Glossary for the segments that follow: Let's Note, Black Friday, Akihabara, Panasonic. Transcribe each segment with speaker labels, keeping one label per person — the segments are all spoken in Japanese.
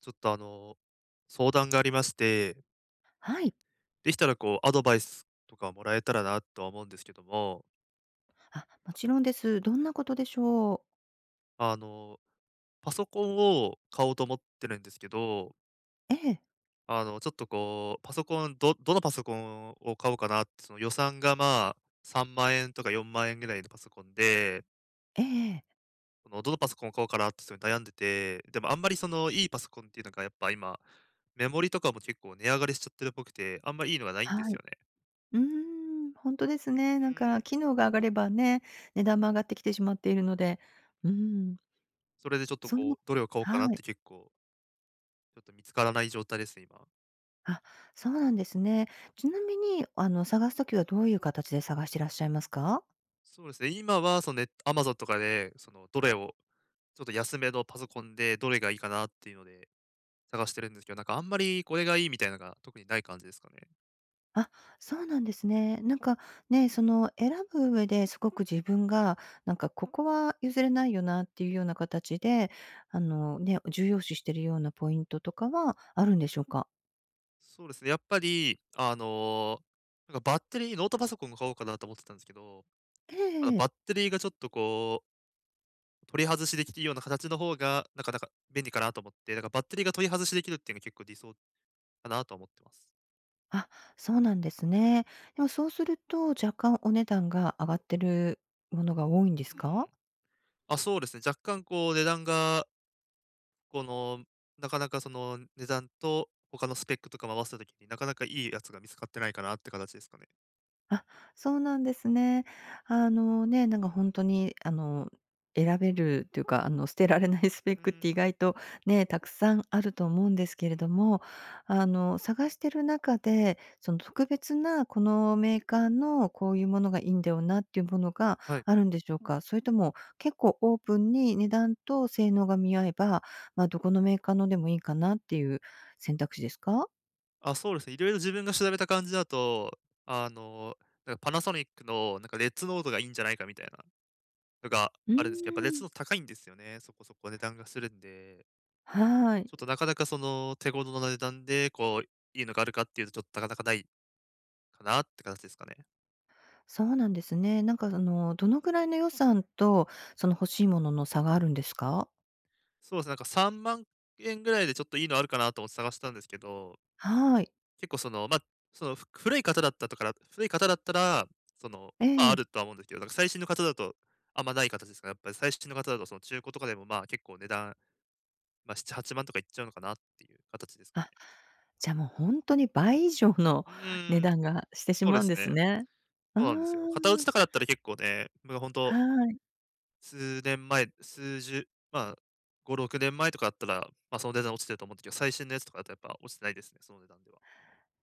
Speaker 1: ちょっと相談がありまして、
Speaker 2: はい。
Speaker 1: できたらアドバイスとかもらえたらなとは思うんですけども、
Speaker 2: あ、もちろんです。どんなことでしょう？
Speaker 1: あの、パソコンを買おうと思ってるんですけど、
Speaker 2: ええ、
Speaker 1: ちょっとこう、パソコン、どのパソコンを買おうかなって、その予算がまあ、3万円とか4万円ぐらいのパソコンで、
Speaker 2: ええええ
Speaker 1: そのどのパソコンを買おうかなってすごい悩んでて、でもあんまりそのいいパソコンっていうのがやっぱ今、メモリとかも結構値上がりしちゃってるっぽくて、あんまりいいのがないんで
Speaker 2: は
Speaker 1: すよ
Speaker 2: い。
Speaker 1: ね。
Speaker 2: うーん、本当ですね。な
Speaker 1: う
Speaker 2: ん
Speaker 1: ん、
Speaker 2: か機能が上がればね、値段も上がってきてしまっているので、うーん、
Speaker 1: それでちょっと
Speaker 2: そん
Speaker 1: こ
Speaker 2: な
Speaker 1: う、どれを買おうかなっ
Speaker 2: は
Speaker 1: て
Speaker 2: い。
Speaker 1: 結構ちょっと見つからない状態ですね、今。
Speaker 2: あ、そうなんですね。ちなみに、探すときはどういう形で探していらっしゃいますか？
Speaker 1: そうですね、今はそのネット Amazon とかで、そのどれを、ちょっと安めのパソコンでどれがいいかなっていうので探してるんですけど、なんかあんまりこれがいいみたいなのが特にない感じですかね。
Speaker 2: あ、そうなんですね。なんかね、その選ぶ上ですごく自分が、なんかここは譲れないよなっていうような形で、あのね、重要視してるようなポイントとかはあるんでしょうか？
Speaker 1: そうですね、やっぱり、なんかバッテリー、ノートパソコン買おうかなと思ってたんですけど、
Speaker 2: え
Speaker 1: あの
Speaker 2: ええ
Speaker 1: バッ
Speaker 2: え。
Speaker 1: テリーがちょっとこう、取り外しできるような形の方が、なかなか便利かなと思って、だからバッテリーが取り外しできるっていうのが結構理想かなと思ってます。
Speaker 2: あ、そうなんですね。でもそうすると、若干お値段が上がってるものが多いんで
Speaker 1: う
Speaker 2: す
Speaker 1: ん。
Speaker 2: か？
Speaker 1: あ、そうですね。若干こう値段がこの、なかなかその値段と他のスペックとかも合わせたときに、なかなかいいやつが見つかってないかなって形ですかね。
Speaker 2: あ、そうなんですね。あのね、なんか本当に選べるっていうか、捨てられないスペッ
Speaker 1: う
Speaker 2: クっ
Speaker 1: ん。
Speaker 2: て意外とね、たくさんあると思うんですけれども、探してる中で、その特別なこのメーカーのこういうものがいいんだよなっていうものが
Speaker 1: はい。
Speaker 2: あるんでしょうか？それとも結構オープンに値段と性能が見合えば、まあ、どこのメーカーのでもいいかなっていう選択肢ですか？
Speaker 1: あ、そうですね。いろいろ自分が調べた感じだと、あの、なんかパナソニックのなんかレッツノートがいいんじゃないかみたいなのが
Speaker 2: う
Speaker 1: あるんですけど、やっぱレッ
Speaker 2: ー
Speaker 1: ツ
Speaker 2: ん。
Speaker 1: ノート高いんですよね。そこそこ値段がするんで、
Speaker 2: はい。
Speaker 1: ちょっとなかなかその手頃な値段で、こう、いいのがあるかっていうと、ちょっとなかなかないかなって形ですかね。
Speaker 2: そうなんですね。なんか、その、どのぐらいの予算と、その欲しいものの差があるんですか？
Speaker 1: そうですね、なんか3万円ぐらいでちょっといいのあるかなと思って探したんですけど、
Speaker 2: はい。
Speaker 1: 結構その、ま、あその、ふ古い方だったとから古い方だったら、その、
Speaker 2: え
Speaker 1: まあ、あ
Speaker 2: え。
Speaker 1: るとは思うんですけど、なんか最新の方だとあんまない形ですかね。やっぱり最新の方だとその中古とかでも、まあ、結構値段、まあ、7、8万とかいっちゃうのかなっていう形ですかね。
Speaker 2: あ、じゃあ、もう本当に倍以上の
Speaker 1: う ー
Speaker 2: 値
Speaker 1: ん、
Speaker 2: 段がしてし
Speaker 1: そうで
Speaker 2: まうん
Speaker 1: す
Speaker 2: です
Speaker 1: ね。
Speaker 2: ね。あ
Speaker 1: そうなんですよ。型
Speaker 2: あ。
Speaker 1: 落ちとかだったら結構ね、ほん
Speaker 2: は
Speaker 1: と
Speaker 2: い。
Speaker 1: 数年前、数十、まあ、5、6年前とかだったら、ま、あその値段落ちてると思うんだけど、最新のやつとかだとやっぱ落ちてないですね、その値段では。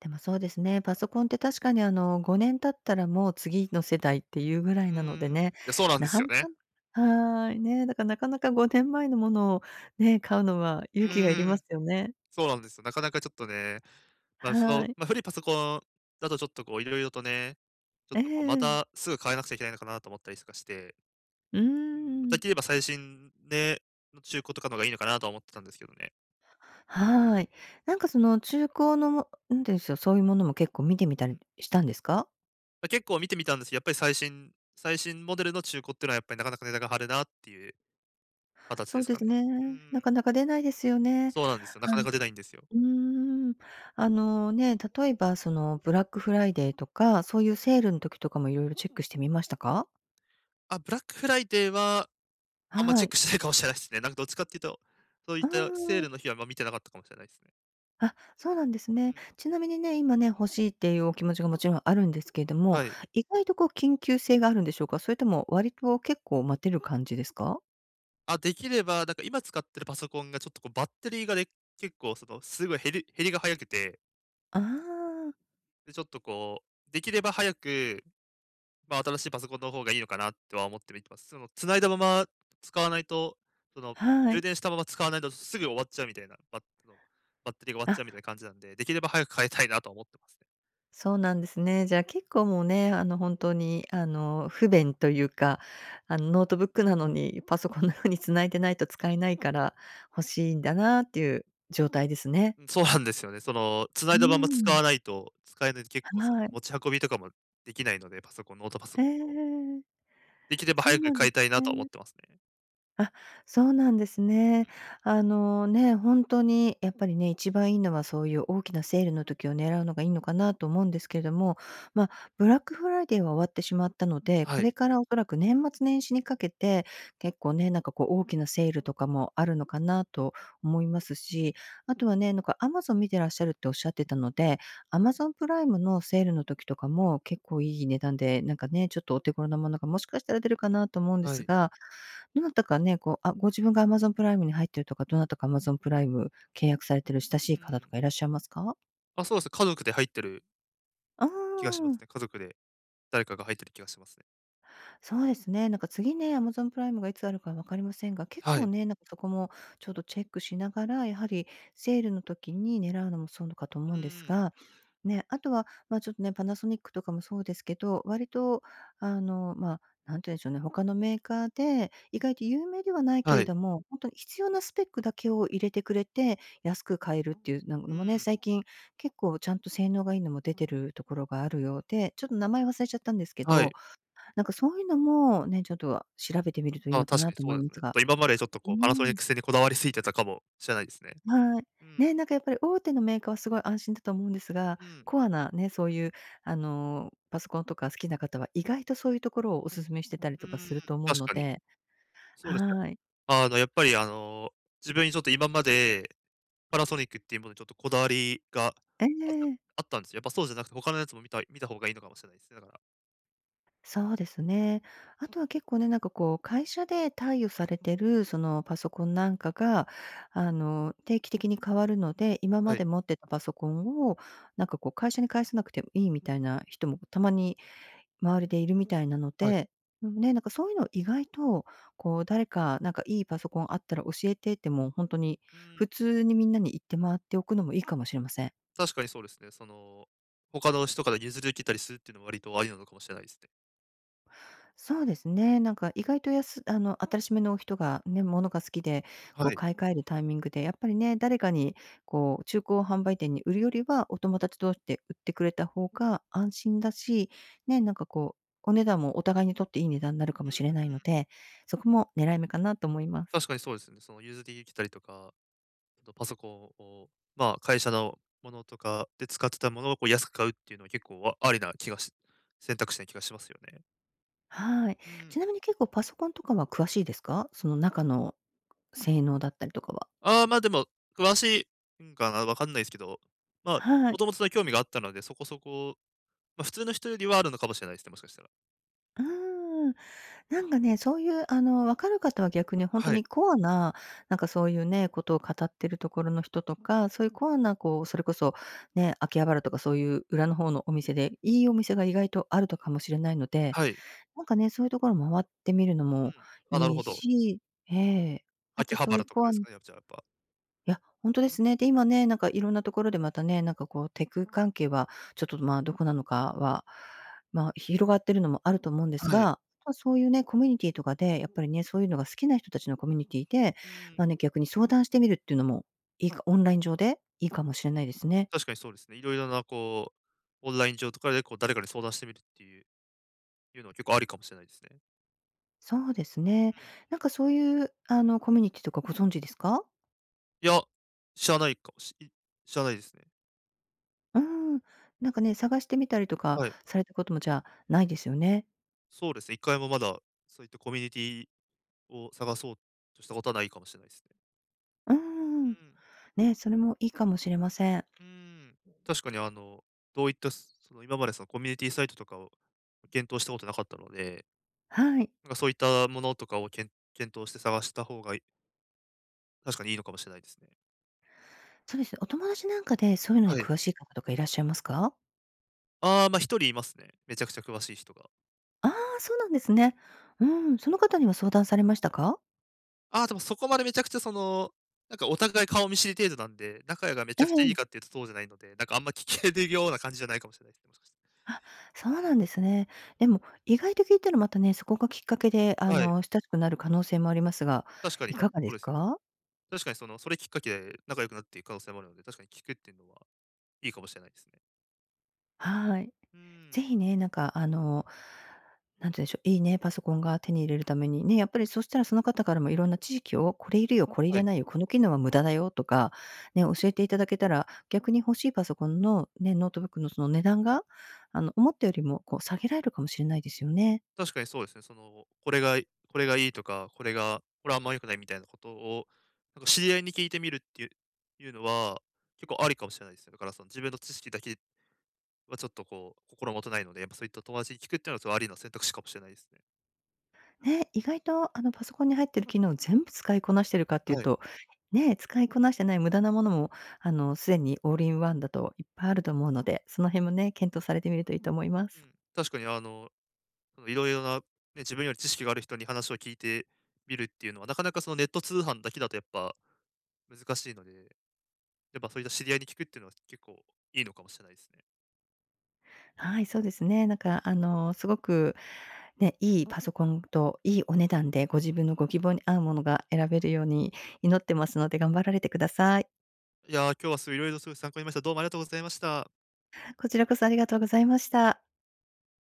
Speaker 2: でもそうですね、パソコンって確かに、5年経ったらもう次の世代っていうぐ
Speaker 1: う
Speaker 2: ら
Speaker 1: ー
Speaker 2: いなので
Speaker 1: ん、い
Speaker 2: ね、
Speaker 1: や、そうなんで
Speaker 2: な
Speaker 1: す
Speaker 2: か
Speaker 1: よ
Speaker 2: な
Speaker 1: ね。
Speaker 2: かはい、ね、だからなかなか5年前のものをね、買うのは
Speaker 1: う
Speaker 2: 勇気がいり
Speaker 1: ー
Speaker 2: ま
Speaker 1: ん。
Speaker 2: すよね。
Speaker 1: そうなんですよ。なかなかちょっとね、まあ、そ
Speaker 2: は
Speaker 1: の、
Speaker 2: い。
Speaker 1: まあ、古いパソコンだとちょっとこう色々とね、ちょ
Speaker 2: え
Speaker 1: っ
Speaker 2: え
Speaker 1: とこうま
Speaker 2: え
Speaker 1: た
Speaker 2: え。
Speaker 1: すぐ変えなくちゃいけないのかなと思ったりとかして、
Speaker 2: うー
Speaker 1: うん、で
Speaker 2: ん。
Speaker 1: きれば最新ね、の中古とかの方がいいのかなとは思ってたんですけどね。
Speaker 2: はい。なんかその中古のもなんていうんですよ、そういうものも結構見てみた
Speaker 1: う
Speaker 2: り
Speaker 1: ん。
Speaker 2: したんですか？
Speaker 1: ま、結構見てみたんですけど、やっぱり最新モデルの中古っていうのはやっぱりなかなか値段が張るなっていう形
Speaker 2: そ
Speaker 1: で
Speaker 2: う
Speaker 1: す
Speaker 2: で
Speaker 1: か
Speaker 2: す
Speaker 1: ね。う
Speaker 2: ね。な
Speaker 1: ん、
Speaker 2: かなか出ないですよね。
Speaker 1: そうなんですよ。なか
Speaker 2: あ
Speaker 1: な
Speaker 2: の
Speaker 1: か出ないんですよ。
Speaker 2: うーん。あのね、例えばそのブラックフライデーとか、そういうセールの時とかもいろいろチェックしてみましたか？
Speaker 1: あ、ブラックフライデーは、あんま
Speaker 2: は
Speaker 1: チェッ
Speaker 2: い。
Speaker 1: クしてないかもしれないですね。なんかどっちかっていうと、そういっ
Speaker 2: う
Speaker 1: たセール
Speaker 2: ん。
Speaker 1: の日はあんま見てなかったかもしれないですね。
Speaker 2: あ、そうなんです
Speaker 1: う
Speaker 2: ね。
Speaker 1: ん。
Speaker 2: ちなみにね、今ね、欲しいっていうお気持ちがもちろんあるんですけれども、
Speaker 1: はい。
Speaker 2: 意外とこう緊急性があるんでしょうか？それとも割と結構待てる感じですか？
Speaker 1: あ、できれば、なんか今使ってるパソコンがちょっとこうバッテリーがで結構そのすごい減りが早くて、
Speaker 2: あ
Speaker 1: で、ちょっとこう、できれば早く、まあ、新しいパソコンの方がいいのかなっては思って見てます。その繋いだまま使わないと、その
Speaker 2: あ、は
Speaker 1: 充
Speaker 2: い。
Speaker 1: 電したまま使わないとすぐ終わっちゃうみたいな、バッテリーが終わっち
Speaker 2: あ、
Speaker 1: ゃうみたいな感じなんで、できれば早く変えたいなとは思ってますね。
Speaker 2: そうなんですね。じゃあ結構もうね、本当に、不便というか、ノートブックなのにパソコンのように繋いでないと使えないから欲しいんだなっていう状態ですね。
Speaker 1: うん、そうなんですよね。その繋
Speaker 2: う
Speaker 1: いだまま使
Speaker 2: ーん。
Speaker 1: わないと、使えないと結構そ
Speaker 2: は
Speaker 1: の
Speaker 2: い。
Speaker 1: 持ち運びとかもできないので、パソコンノートパソコンの。
Speaker 2: ええ。
Speaker 1: できれば
Speaker 2: そう
Speaker 1: 早く
Speaker 2: なんで
Speaker 1: 買いたい
Speaker 2: す
Speaker 1: なとは思っ
Speaker 2: ね。
Speaker 1: てますね。
Speaker 2: あ、そうなんですね。あのね、本当にやっぱりね、一番いいのはそういう大きなセールの時を狙うのがいいのかなと思うんですけれども、まあ、ブラックフライデーは終わってしまったので、
Speaker 1: は
Speaker 2: こ
Speaker 1: い。
Speaker 2: れからおそらく年末年始にかけて、結構ね、なんかこう大きなセールとかもあるのかなと思いますし、あとはね、なんか Amazon 見てらっしゃるっておっしゃってたので、Amazon プライムのセールの時とかも結構いい値段で、なんかね、ちょっとお手頃なものがもしかしたら出るかなと思うんで
Speaker 1: は
Speaker 2: す
Speaker 1: い。
Speaker 2: がどなたかね、こう、あ、ご自分が Amazon プライムに入ってるとか、どなたか Amazon プライム契約されてる親しい
Speaker 1: う
Speaker 2: 方と
Speaker 1: ん。
Speaker 2: かいらっしゃいますか？
Speaker 1: あ、そうです。家族で入ってる
Speaker 2: あ
Speaker 1: 気がしま
Speaker 2: あ。
Speaker 1: すね。家族で誰かが入ってる気がしますね。
Speaker 2: そうですね。なんか次ね、Amazon プライムがいつあるか分かりませんが、結
Speaker 1: は
Speaker 2: 構
Speaker 1: い。
Speaker 2: ね、なんかそこもちょっとチェックしながら、やはりセールの時に狙うのもそうかと
Speaker 1: う
Speaker 2: 思うんです
Speaker 1: ん。
Speaker 2: が、ね、あとは、まあ、ちょっとね、パナソニックとかもそうですけど、割と、まあ、なんて言うんでしょうね、他のメーカーで、意外と有名ではないけ
Speaker 1: は
Speaker 2: れ
Speaker 1: い。
Speaker 2: ども、本当に必要なスペックだけを入れてくれて、安く買えるっていうなん
Speaker 1: う
Speaker 2: のもね、
Speaker 1: ん。
Speaker 2: 最近結構ちゃんと性能がいいのも出てるところがあるようで、ちょっと名前忘れちゃったんですけ
Speaker 1: は
Speaker 2: ど、
Speaker 1: い。
Speaker 2: なんかそういうのもね、ちょっと調べてみるといい
Speaker 1: あ、
Speaker 2: のか
Speaker 1: 確か
Speaker 2: な
Speaker 1: に
Speaker 2: と
Speaker 1: そ
Speaker 2: 思い
Speaker 1: う
Speaker 2: ま
Speaker 1: ですね。
Speaker 2: す
Speaker 1: ちょっ
Speaker 2: が。
Speaker 1: と今までちょっと
Speaker 2: うー
Speaker 1: こうパナソニッ
Speaker 2: ん、
Speaker 1: ク製にこだわりすぎてたかもしれないですね。
Speaker 2: はい。
Speaker 1: うん、
Speaker 2: ね、なんかやっぱり大手のメーカーはすごい安心だと思うんですが、
Speaker 1: うん、
Speaker 2: コアなね、そういうパソコンとか好きな方は意外とそういうところをお勧めしてたり
Speaker 1: う
Speaker 2: とか
Speaker 1: ん、
Speaker 2: すると思う
Speaker 1: 確
Speaker 2: の
Speaker 1: かに。
Speaker 2: で、
Speaker 1: そうですよ。
Speaker 2: はい。
Speaker 1: あのやっぱりあの、自分にちょっと今までパナソニックっていうものにちょっとこだわりが
Speaker 2: え
Speaker 1: た
Speaker 2: え。
Speaker 1: あったんですよ。やっぱそうじゃなくて、他のやつも見た方がいいのかもしれないですね、だから。
Speaker 2: そうですね。あとは結構ね、なんかこう、会社で貸与されてるそのパソコンなんかが、定期的に変わるので、今
Speaker 1: は
Speaker 2: ま
Speaker 1: い、
Speaker 2: で持ってたパソコンを、なんかこう、会社に返さなくてもいいみたいな人もたまに周りでいるみたいなの
Speaker 1: はい。
Speaker 2: で、うんね、なんかそういうの意外と、こう、誰か、なんかいいパソコンあったら教えてっても本当に、
Speaker 1: うん。
Speaker 2: 普通にみんなに言って回っておくのもいいかもしれません。
Speaker 1: 確かにそうですね。その、他の人から譲り受けたりするっていうのは割とありなのかもしれないですね。
Speaker 2: そうですね。なんか意外とやすあの、新しめの人がね、ものが好きで、こ
Speaker 1: は
Speaker 2: う
Speaker 1: い。
Speaker 2: 買い替えるタイミングで、やっぱりね、誰かにこう中古販売店に売るよりは、お友達同士で売ってくれた方が安心だし、ね、なんかこう、お値段もお互いにとっていい値段になるかも
Speaker 1: う
Speaker 2: しれ
Speaker 1: ん、
Speaker 2: ないので、そこも狙い目かなと思います。
Speaker 1: 確かにそうですね。その譲り受けたりとか、あとパソコンを、まあ、会社のものとかで使ってたものをこう安く買うっていうのは結構ありな気がし、選択肢な気がしますよね。
Speaker 2: はい。
Speaker 1: うん。
Speaker 2: ちなみに結構パソコンとかは詳しいですか？その中の性能だったりとかは。
Speaker 1: ああ、まあでも、詳しいんかな、わかんないですけど、まあ、
Speaker 2: は
Speaker 1: も
Speaker 2: い。
Speaker 1: ともとの興味があったので、そこそこ、まあ、普通の人よりはあるのかもしれないですね、もしかしたら。
Speaker 2: うーん。なんかね、そういう、分かる方は逆に本当
Speaker 1: はい。
Speaker 2: にコアな、なんかそういうね、ことを語ってるところの人とか、そういうコアなこう、それこそね、秋葉原とかそういう裏の方のお店で、いいお店が意外とあるとかもしれないので、
Speaker 1: はい。
Speaker 2: なんかね、そういうところ回ってみるのも
Speaker 1: うん。あ、なる
Speaker 2: いい
Speaker 1: ほど。
Speaker 2: しええ。あ
Speaker 1: 秋
Speaker 2: と
Speaker 1: 葉
Speaker 2: そうい
Speaker 1: 原
Speaker 2: う
Speaker 1: とか
Speaker 2: コ
Speaker 1: で
Speaker 2: ア
Speaker 1: す
Speaker 2: な
Speaker 1: かね、じゃあやっぱ。
Speaker 2: いや、本当ですね。で、今ね、なんかいろんなところでまたね、なんかこうテク関係は、ちょっとまあ、どこなのかは、まあ、広がってるのもあると思うんです
Speaker 1: はい。
Speaker 2: が、ま、そういうね、コミュニティとかで、やっぱりね、そういうのが好きな人たちのコミュニティで、
Speaker 1: うん。
Speaker 2: まあね、逆に相談してみるっていうのも、いいかオンライン上でいいかもしれないですね。
Speaker 1: 確かにそうですね。いろいろなこう、オンライン上とかでこう誰かに相談してみるっていうのは結構ありかもしれないですね。
Speaker 2: そうですね。
Speaker 1: うん。
Speaker 2: なんかそういう、コミュニティとかご存知ですか？
Speaker 1: いや、知らないかもしい知らないですね。
Speaker 2: うん。なんかね、探してみたりとか
Speaker 1: はい。
Speaker 2: されたこともじゃあ、ないですよね。
Speaker 1: そうですね、一回もまだそういったコミュニティを探そうとしたことはないかもしれないですね。
Speaker 2: う
Speaker 1: う
Speaker 2: ん。
Speaker 1: ん。
Speaker 2: ね、それもいいかもしれません。
Speaker 1: うん。確かにどういったすその今までそのコミュニティサイトとかを検討したことなかったので、
Speaker 2: はい。
Speaker 1: なんかそういったものとかを検討して探した方が確かにいいのかもしれないですね。
Speaker 2: そうですね。お友達なんかでそういうのに
Speaker 1: はい。
Speaker 2: 詳しい方とかいらっしゃいますか？
Speaker 1: ああ、ま、あ一人いますね。めちゃくちゃ詳しい人が。
Speaker 2: ああー、そうなんですね。うん、その方には相談されましたか？
Speaker 1: ああ、でもそこまでめちゃくちゃその、なんかお互い顔見知り程度なんで、仲がめち
Speaker 2: え
Speaker 1: ゃくちゃいい
Speaker 2: え。
Speaker 1: かっていうとそうじゃないので、なんかあんま聞けるような感じじゃないかもしれないですね、もしかして。
Speaker 2: あ、そう
Speaker 1: う
Speaker 2: な
Speaker 1: ん。
Speaker 2: んですね。でも意外と聞いたらまたね、そこがきっかけで、
Speaker 1: はい。
Speaker 2: 親しくなる可能性もありますが、
Speaker 1: 確か
Speaker 2: い
Speaker 1: に、
Speaker 2: かがで
Speaker 1: そう
Speaker 2: す
Speaker 1: ですよね。
Speaker 2: か？
Speaker 1: 確かにその、それきっかけで仲良くなっていく可能性もあるので、確かに聞くっていうのはいいかもしれないですね。
Speaker 2: はい。
Speaker 1: うー
Speaker 2: ぜ
Speaker 1: ん。
Speaker 2: ひね、なんか、なんて言うんでしょう、いいね、パソコンが手に入れるためにね、やっぱりそしたらその方からもいろんな知識を、これいるよ、これい
Speaker 1: は
Speaker 2: ら
Speaker 1: い。
Speaker 2: ないよ、この機能は無駄だよとか、ね、教えていただけたら、逆に欲しいパソコンのね、ノートブックのその値段が、思ったよりもこう下げられるかもしれないですよね。
Speaker 1: 確かにそうですね。その、これがいいとか、これはあんま良くないみたいなことを、なんか知り合いに聞いてみるっていうのは、結構ありかもしれないですね。だからその自分の知識だけはちょっとこう、心もとないので、やっぱそういった友達に聞くっていうのは、それありの選択肢かもしれないですね。
Speaker 2: ね、意外とパソコンに入ってる機能を全部使いこなしてるかっていう
Speaker 1: はい。
Speaker 2: と、ね、使いこなしてない無駄なものも、すでにオールインワンだといっぱいあると思うので、その辺もね、検討されてみるといいと思いま
Speaker 1: う
Speaker 2: す。
Speaker 1: ん、確かにそのいろいろな、ね、自分より知識がある人に話を聞いてみるっていうのは、なかなかそのネット通販だけだとやっぱ難しいので、やっぱそういった知り合いに聞くっていうのは結構いいのかもしれないですね。
Speaker 2: はい、そうですね。なんか、すごく、ね、いいパソコンといいお値段でご自分のご希望に合うものが選べるように祈ってますので頑張られてください。
Speaker 1: いやー、今日はすごいいろいろすごい参考になりました。どうもありがとうございました。
Speaker 2: こちらこそありがとうございました。